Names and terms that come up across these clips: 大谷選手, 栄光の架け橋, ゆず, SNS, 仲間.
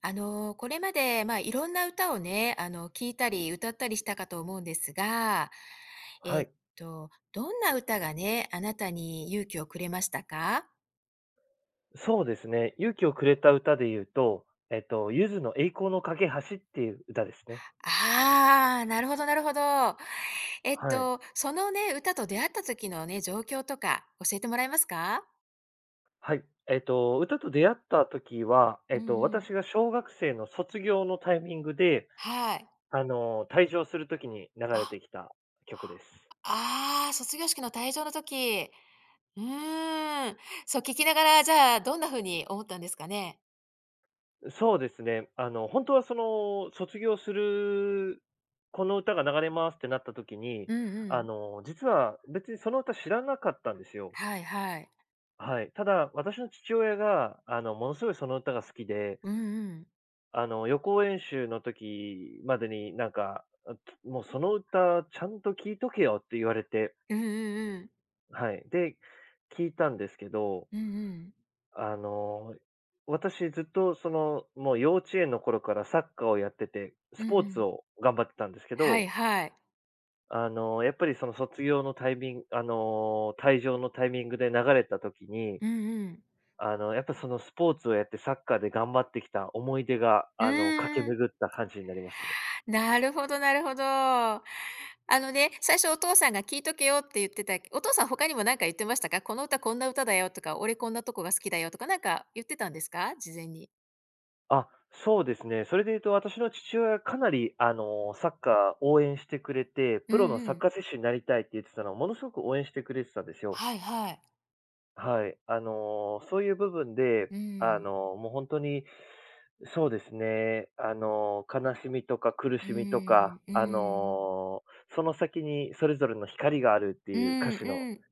これまで、まあ、いろんな歌をね、聞いたり歌ったりしたかと思うんですが、はえっい、どんな歌がね、あなたに勇気をくれましたか？そうですね。勇気をくれた歌で言うと、ゆずの栄光の架け橋っていう歌ですね。ああー、なるほどなるほど。はい。そのね、歌と出会った時のね、状況とか教えてもらえますか？はい。歌と出会った時は、うんうん。私が小学生の卒業のタイミングで、はい。退場する時に流れあ、てきた曲です。ああ、卒業式の退場の時。うーん。そう、聞きながら、じゃあ、どんな風に思ったんですかね？そうですね。本当はその、卒業する、この歌が流れますってなった時に、うんうん。実は別にその歌知らなかったんですよ。はいはい。はい。ただ、私の父親が、ものすごいその歌が好きで、うんうん。予行演習の時までになんか、もうその歌ちゃんと聴いとけよって言われて、うんうんうん。はい。で、聴いたんですけど、うんうん。あの、私ずっとその、もう幼稚園の頃からサッカーをやってて、うスんうポーツん。を頑張ってたんですけはいど、はい。やっぱりその卒業のタイミング、退場のタイミングで流れた時に、うんうん。やっぱそのスポーツをやってサッカーで頑張ってきた思い出が、う駆けーん。巡った感じになりましたね。なるほどなるほど。最初お父さんが聞いとけよって言ってたお父さん他にも何か言ってましたか？この歌こんな歌だよとか、俺こんなとこが好きだよとか、なんか言ってたんですか？事前に。あ、そうですね。それで言うと私の父親かなり、サッカー応援してくれて、うプロんのうサッん。カー選手になりたいって言ってたのをものすごく応援してくれてたんですよ。はいはい。はい。そういう部分で、うん。もう本当に、そうですね、悲しみとか苦うしみとか、ん、うん。その先にそれぞれの光があるってういう歌ん詞のうん。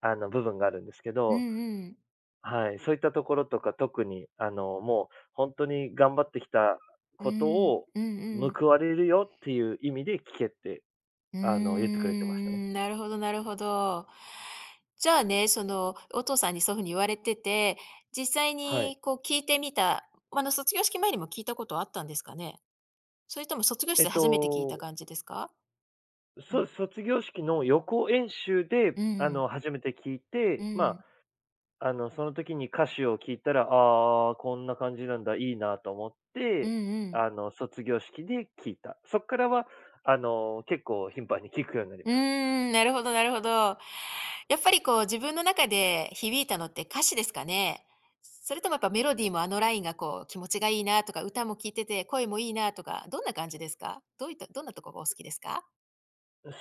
部分があるんですけうんど、うん。はい、そういったところとか特に、もう本当に頑張ってきたうことん。をうんうん。報われるよっていう意味で聞けって、うー言ってくれてましたね。ん、なるほどなるほど。じゃあね、その、お父さんにそういうふうに言われてて、実際はい。にこう聞いてみた、まあの、卒業式前にも聞いたことあったんですかね？それとも卒業しえって初めて聞いたと、感じですか？うそん。う卒業式の予行演習で、うん。初めて聞いうて、まん。あ、その時に歌詞を聞いたら、ああ、こんな感じなんだ、いいなと思っうんて、うん。卒業式で聞いた。そっからは、結構頻繁に聞くようになりうました。ーん、なるほどなるほど。やっぱりこう自分の中で響いたのって歌詞ですかね？それともやっぱメロディーもラインがこう気持ちがいいなとか、歌も聴いてて声もいいなとか、どんな感じですか？どういったどんなとこがお好きですか？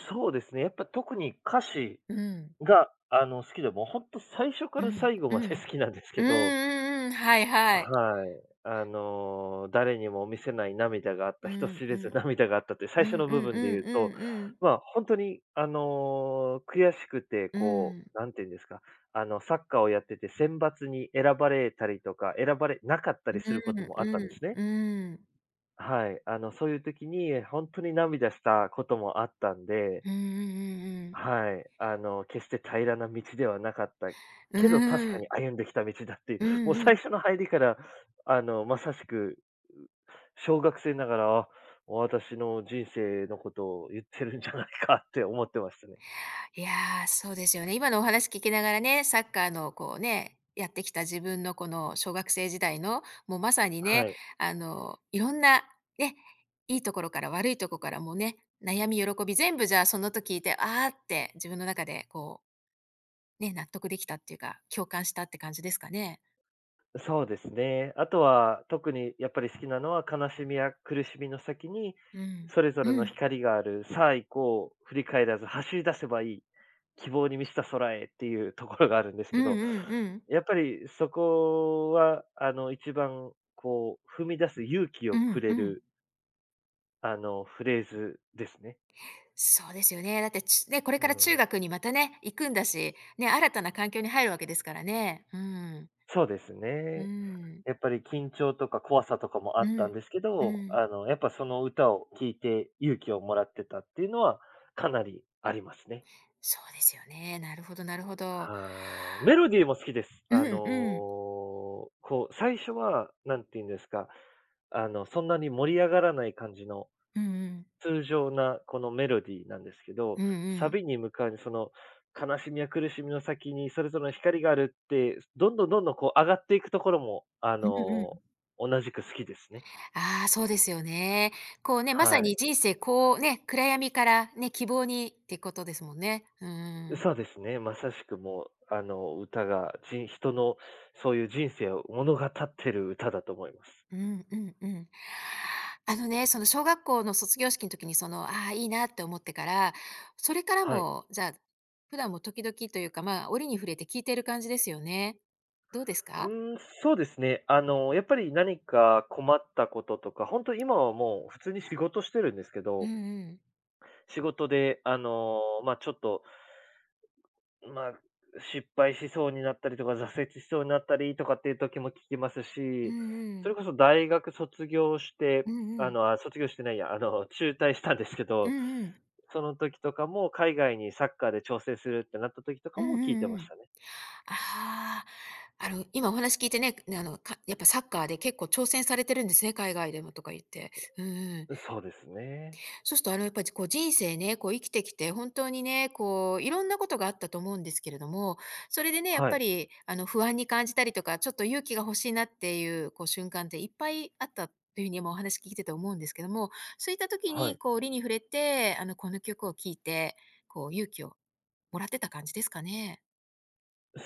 そうですね。やっぱ特に歌詞うん、が、好きで、もう本当最初かうらん、最後うまん。で 好きなんですうんけうど、んうん、はいはい。はい。誰にも見せない涙があった、う人ん知うれずん。涙があったって最う初んうの部んう分でん言うと、うんうん。まあ、本当に、悔しくて、うこん。う、なんていうんですか、サッカーをやってて選抜に選ばれたりとか、選ばれなかったうりすることんもあったんでうすね。んうん。うん。はい。そういう時に、本当に涙したこともあったんでうんうんうんうん。はい。決して平らな道ではなかったうーけど、確ん。うんうんうんうんうんうんうんうんうんうんうんうかんにう歩んできた道だっていんうう、もうんう最ん。初の入りから、まさしく小学生ながら、あ、私の人生のことを言ってるんじゃないかって思ってましたね。いやー、そうですよね。今のお話聞きながらね、サッカーのこうね、やってきた自分のこの小学生時代の、もうまさにはね、い。いろんなね、いいところから悪いところからもうね、悩み、喜び、全部じゃあその時聞いて、ああって自分の中でこう、ね、納得できたっていうか、共感したって感じですかね。そうですね。あとは、特にやっぱり好きなのは、悲しみや苦しみの先に、うん。それぞれうのん。光がある、さあ行こう、振り返らず走り出せばいい、希望に満ちた空へっていうところがあるんですうんけうど、んうん。やっぱりそこは、一番、こう、踏み出す勇気うをくんれうん。る、フレーズですね。そうですよね。だってちね、これうから中ん。学にまたね、行くんだし、ね、新たな環境に入るわけですからね。うん。そうですうね。ん、やっぱり緊張とか怖さとかもあうったんん、ですけうど、ん。やっぱその歌を聴いて勇気をもらってたっていうのはかなりありますね。そうですよね。なるほどなるほど。はい。メロディーも好きです。うんうん。こう、最初は、なんて言うんですか、そんなに盛り上がらない感じのうんうん。通常なこのメロディーなんですけど、うんうサん。ビに向かうその悲しみや苦しみの先にそれぞれの光があるって、どんどんどんどんこう上がっていくところも、うんうん。同じく好きですね。ああ、そうですよね。こうね、まさはにい。人生こうね、暗闇からね、希望にってことですもんね。うんうんうん。そうですね。まさしくもう、歌が人、人のそういう人生を物語ってる歌だと思います。うん。その小学校の卒業式の時にその、ああ、いいなって思ってから、それからはい。も、じゃあ、普段も時々というか、まあ、折に触れて聞いてる感じですよね。どうですか？そうですね。やっぱり何か困ったこととか、本当に今はもう普通に仕事してるんですけうんど、うん。仕事で、ま、ちょっとまあ、失敗しそうになったりとか、挫折しそうになったりとかっていう時も聞きますうんし、うそれん。こそ大学卒業して、うんうん。あ、卒業してないや、中退したんですけうど、んうん。その時とかも海外にサッカーで調整するってなった時とかうんも聞いてうんまうしん。たね。ああ、今お話聞いてね、ね、かやっぱサッカーで結構挑戦されてるんですね、海外でもとか言って。うんうん。そうですね。そうすると、やっぱりこう人生ね、こう生きてきて、本当にね、こう、いろんなことがあったと思うんですけれども、それでね、やっはぱい、り、不安に感じたりとか、ちょっと勇気が欲しいなっていう、こう、瞬間っていっぱいあったというふうにもお話聞いてて思うんですけども、そういった時はに、い。こう、折に触れて、この曲を聴いて、こう、勇気をもらってた感じですかね。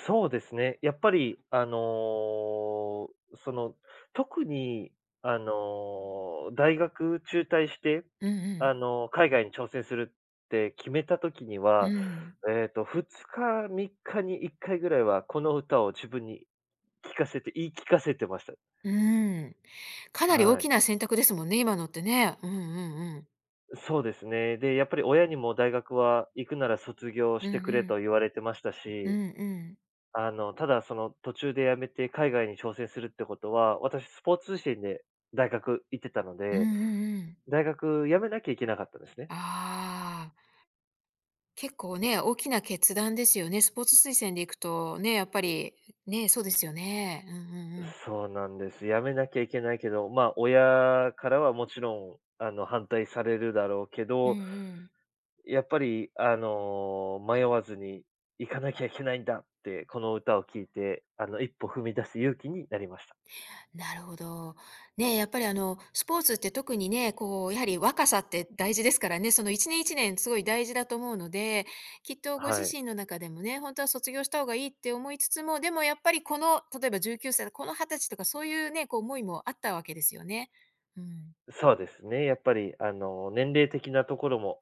そうですね。やっぱり、その、特に、大学中退して、うんうん。海外に挑戦するって決めた時にうは、ん。2日、3日に1回ぐらいは、この歌を自分に聞かせて言い聞かせてました。うん。かなり大はきい。な選択ですもんね、今のってね。うんうんうん。そうですね。で、やっぱり親にも大学は行くなら卒業しうんてくれうん。と言われてましたうしんうん。ただその途中で辞めて海外に挑戦するってことは、私スポーツ通信で大学行ってたのうんうで、んうん。大学辞めなきゃいけなかったんですね。ああ、結構ね、大きな決断ですよね。スポーツ推薦で行くとね、やっぱり、ね、そうですよね。うんうんうん。そうなんです。辞めなきゃいけないけど、まあ親からはもちろん、反対されるだろうけうんど、うん。やっぱり、迷わずに行かなきゃいけないんだって、この歌を聴いて、一歩踏み出す勇気になりました。なるほど。ねえ、やっぱりスポーツって特にね、こう、やはり若さって大事ですからね、その1年1年すごい大事だと思うので、きっとごは自い。身の中でもね、本当は卒業した方がいいって思いつつも、でもやっぱりこの、例えば19歳とこの20歳とかそういうね、こう思いもあったわけですよね。うん。そうですね、やっぱり、年齢的なところも、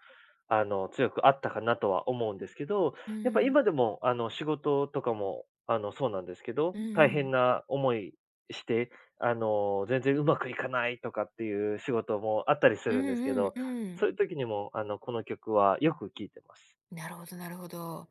強くあったかなとは思うんですけど、うんうやっぱん。今でも、仕事とかも、そうなんですけど、うん大う変ん。な思いして、全然うまくいかないとかっていう仕事もあったりすうるんですけんうんど、うん。そういう時にも、この曲はよく聴いてます。なるほどなるほど。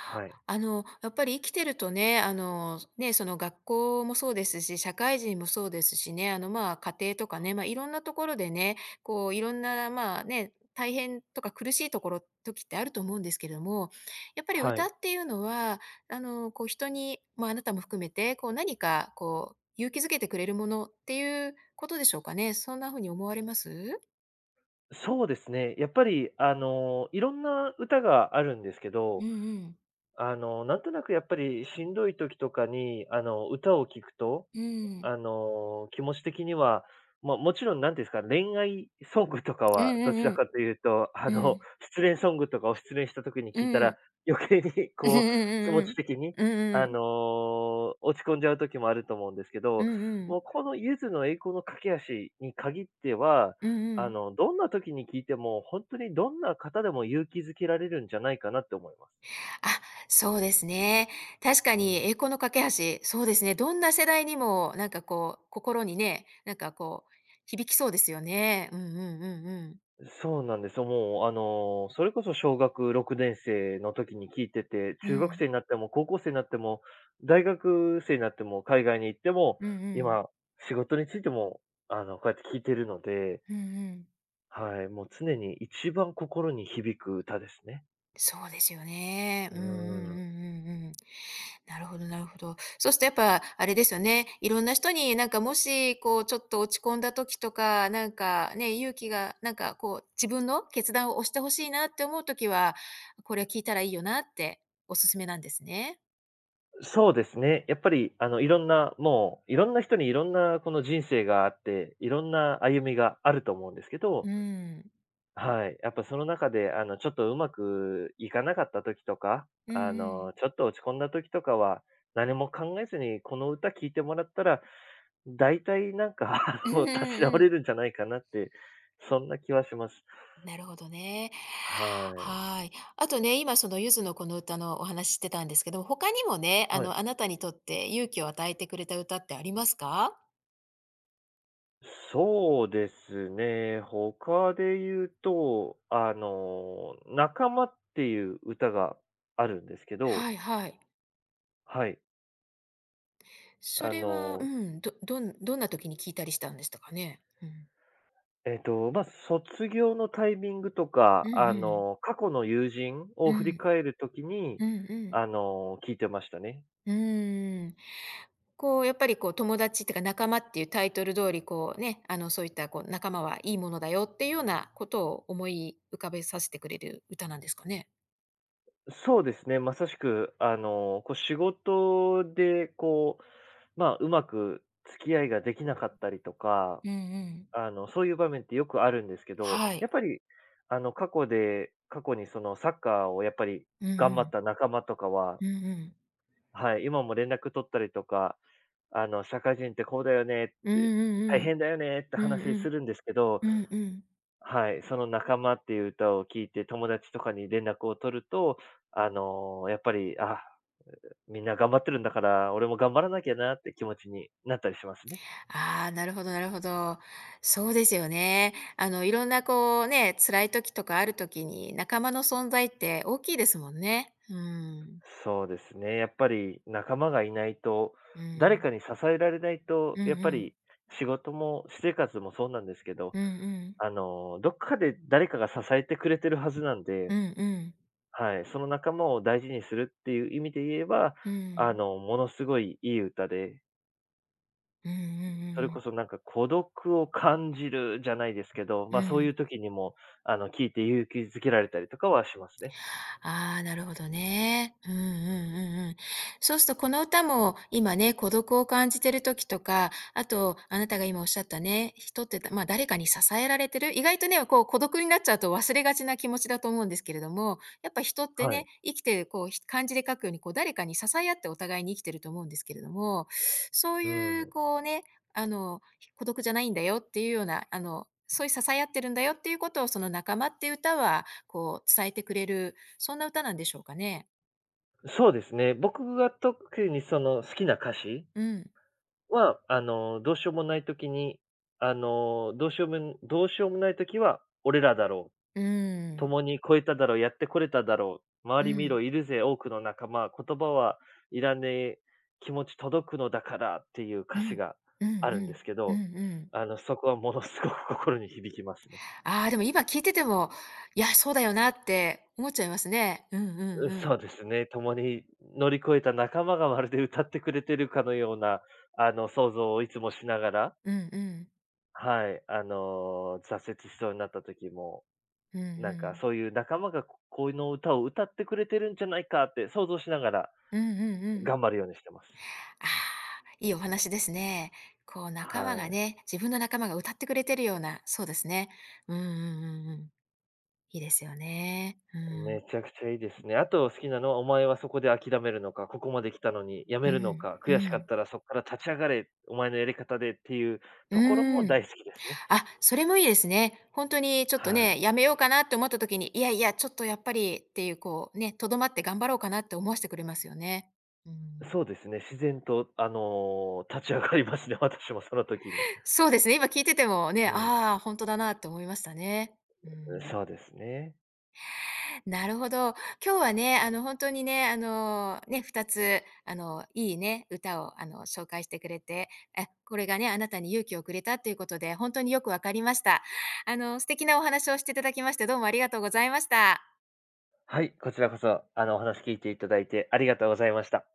はい。やっぱり生きてるとね、ね、その学校もそうですし、社会人もそうですしね、まあ、家庭とかね、まあ、いろんなところでね、こう、いろんな、まあ、ね、大変とか苦しいところ、時ってあると思うんですけれども、やっぱりは歌い。っていうのは、こう、人に、まあ、あなたも含めて、こう、何か、こう、勇気づけてくれるものっていうことでしょうかね。そんなふうに思われます？そうですね。やっぱり、いろんな歌があるんですけうど、んうん。なんとなくやっぱりしんどい時とかに、歌を聴くと、うん。気持ち的には、まあ、もちろんなんていうんですか、恋愛ソングとかうんはどちうらんかというと、うん。うん。失恋ソングとかを失恋した時にう聞いたんうら、ん。余計にうんこう、気持ちうん的に、うんうん。落ち込んじゃう時もあると思うんですけうど、んうん。うんうん。もうこのゆずの栄光の架け橋に限っては、うんうん。どんな時に聞いても、本当にどんな方でも勇気づけられるんじゃないかなって思います。あ、そうですね。確かうに栄ん。光の架け橋、そうですね。どんな世代にもなんかこう、心にね、なんかこう、響きそうですよね。うんうんうんうん。そうなんですよ。もう、それこそ小学6年生の時に聞いてて、う中学ん。生になっても高校生になっても、大学生になっても、海外に行っても、うんうん。今、仕事についても、こうやって聞いてるので、うんうんうん。はい、もう常に一番心に響く歌ですね。そうですよね。ううんうんうんうん。んうん。なるほどなるほど。そうするとやっぱあれですよね、いろんな人になんかもし、こうちょっと落ち込んだ時とか、なんかね、勇気がなんかこう自分の決断を押してほしいなって思う時は、これ聞いたらいいよなっておすすめなんですね。そうですね。やっぱり、いろんな、もう、いろんな人にいろんなこの人生があって、いろんな歩みがあると思うんですけど、うん。はい。やっぱその中で、ちょっとうまくいかなかった時とか、うんうん。ちょっと落ち込んだ時とかは、何も考えずにこの歌聴いてもらったら、大体なんか、う んう立ち直んうん。れるんじゃないかなって、そんな気はします。なるほどね。はい。はい。あとね、今そのゆずのこの歌のお話してたんですけど、他にもね、あはい。のあなたにとって勇気を与えてくれた歌ってありますか？そうですね。他で言うと、仲間っていう歌があるんですけはど、いはい。はい。そあれは、うの、ん、どどんどんな時に聞いたりしたんでしたかね？うん。まあ、卒業のタイミングとうか、んうん。過去の友人をう振りん。返るときに、うんうん。聞いてましたね。うーん。こうやっぱりこう友達っていうか仲間っていうタイトル通り、こうね、あのそういったこう仲間はいいものだよっていうようなことを思い浮かべさせてくれる歌なんですかね？そうですね、まさしく、こう、仕事で、こう、まあ、うまく付き合いができなかったりとか、うんうん。そういう場面ってよくあるんですけど、はやい。っぱり、過去にそのサッカーをやっぱりうんう頑張っん。た仲間とかはうんうん。はい、今も連絡取ったりとか、社会人ってこうだよねっうんて、うん大うん。変だよねってうん話うすん。るんですけど、うんうん。はい、その仲間っていう歌を聞いて、友達とかに連絡を取ると、やっぱり、あ、みんな頑張ってるんだから、俺も頑張らなきゃなって気持ちになったりしますね。ああ、なるほどなるほど。そうですよね。いろんなこうね、辛い時とかある時に、仲間の存在って大きいですもんね。うん。そうですね。やっぱり仲間がいないと、う誰ん。かに支えられないうと、んうやっぱん。り仕事も私生活もそうなんですけど、うんうん。どっかで誰かが支えてくれてるはずなんで、うんうん。はい、その仲間を大事にするっていう意味で言えば、うん。ものすごいいい歌で、うんうそれんうこん。そなんか孤独を感じるじゃないですけど、うま、そういうん。時にも、聴いて勇気づけられたりとかはしますね。ああ、なるほどね。うんうんうんうん。うん。そうするとこの歌も、今ね、孤独を感じてる時とか、あと、あなたが今おっしゃったね、人って、だま、誰かに支えられてる、意外とね、こう孤独になっちゃうと忘れがちな気持ちだと思うんですけれども、やっぱ人ってはい。ね、生きてるこう、ひ漢字で書くように、こう誰かに支え合ってお互いに生きてると思うんですけれども、そうういうん。こうね、あの、孤独じゃないんだよっていうような、そういう支え合ってるんだよっていうことをその「仲間」っていう歌はこう伝えてくれるそんな歌なんでしょうかね。そうですね。僕が特にその好きな歌詞うん。は、どうしようもない時に、どうしようもない時は、俺らだろううん。共に越えただろう、やってこれただろう、周うり見ろ、ん。いるぜ、多くの仲間、言葉はいらねえ、気持ち届くのだから、っていうう歌詞ん。がうんあうるんでん。すけうど、んうん。そこはものすごく心に響きますね。ああ、でも今聞いてても、いや、そうだよなって思っちゃいますね。うんうんうん、うん。そうですね、共に乗り越えた仲間がまるで歌ってくれてるかのような、想像をいつもしながら、うんうん。はい、挫折しそうになった時も、うんうなんかん。そういう仲間がここの歌を歌ってくれてるんじゃないかって想像しながらうんうんうん。頑張るようにしてます。ああ、いいお話ですね。こう仲間はがい。ね、自分の仲間が歌ってくれてるような、そうですね。うんうんうんうん。いいですよね。うん。めちゃくちゃいいですね。あと好きなのは、お前はそこで諦めるのか、ここまで来たのにやめうるのん。か、う悔しかっん。たらそこから立ち上がれ、お前のやり方でっていううところもん。大好きですね。あ、それもいいですね。本当にちょっとはい。ね、やめようかなって思った時に、いやいや、ちょっとやっぱりっていう、こうね、とどまって頑張ろうかなって思わしてくれますよね。うん。そうですね。自然と、立ち上がりますね、私もその時に。そうですね、今聞いててもね、うん。ああ、本当だなって思いましたね。うん。そうですね。なるほど。今日はね、本当にね、ね、2つ、いいね、歌を、紹介してくれて、え、これがね、あなたに勇気をくれたっていうことで、本当によくわかりました。素敵なお話をしていただきまして、どうもありがとうございました。はい、こちらこそ、お話聞いていただいてありがとうございました。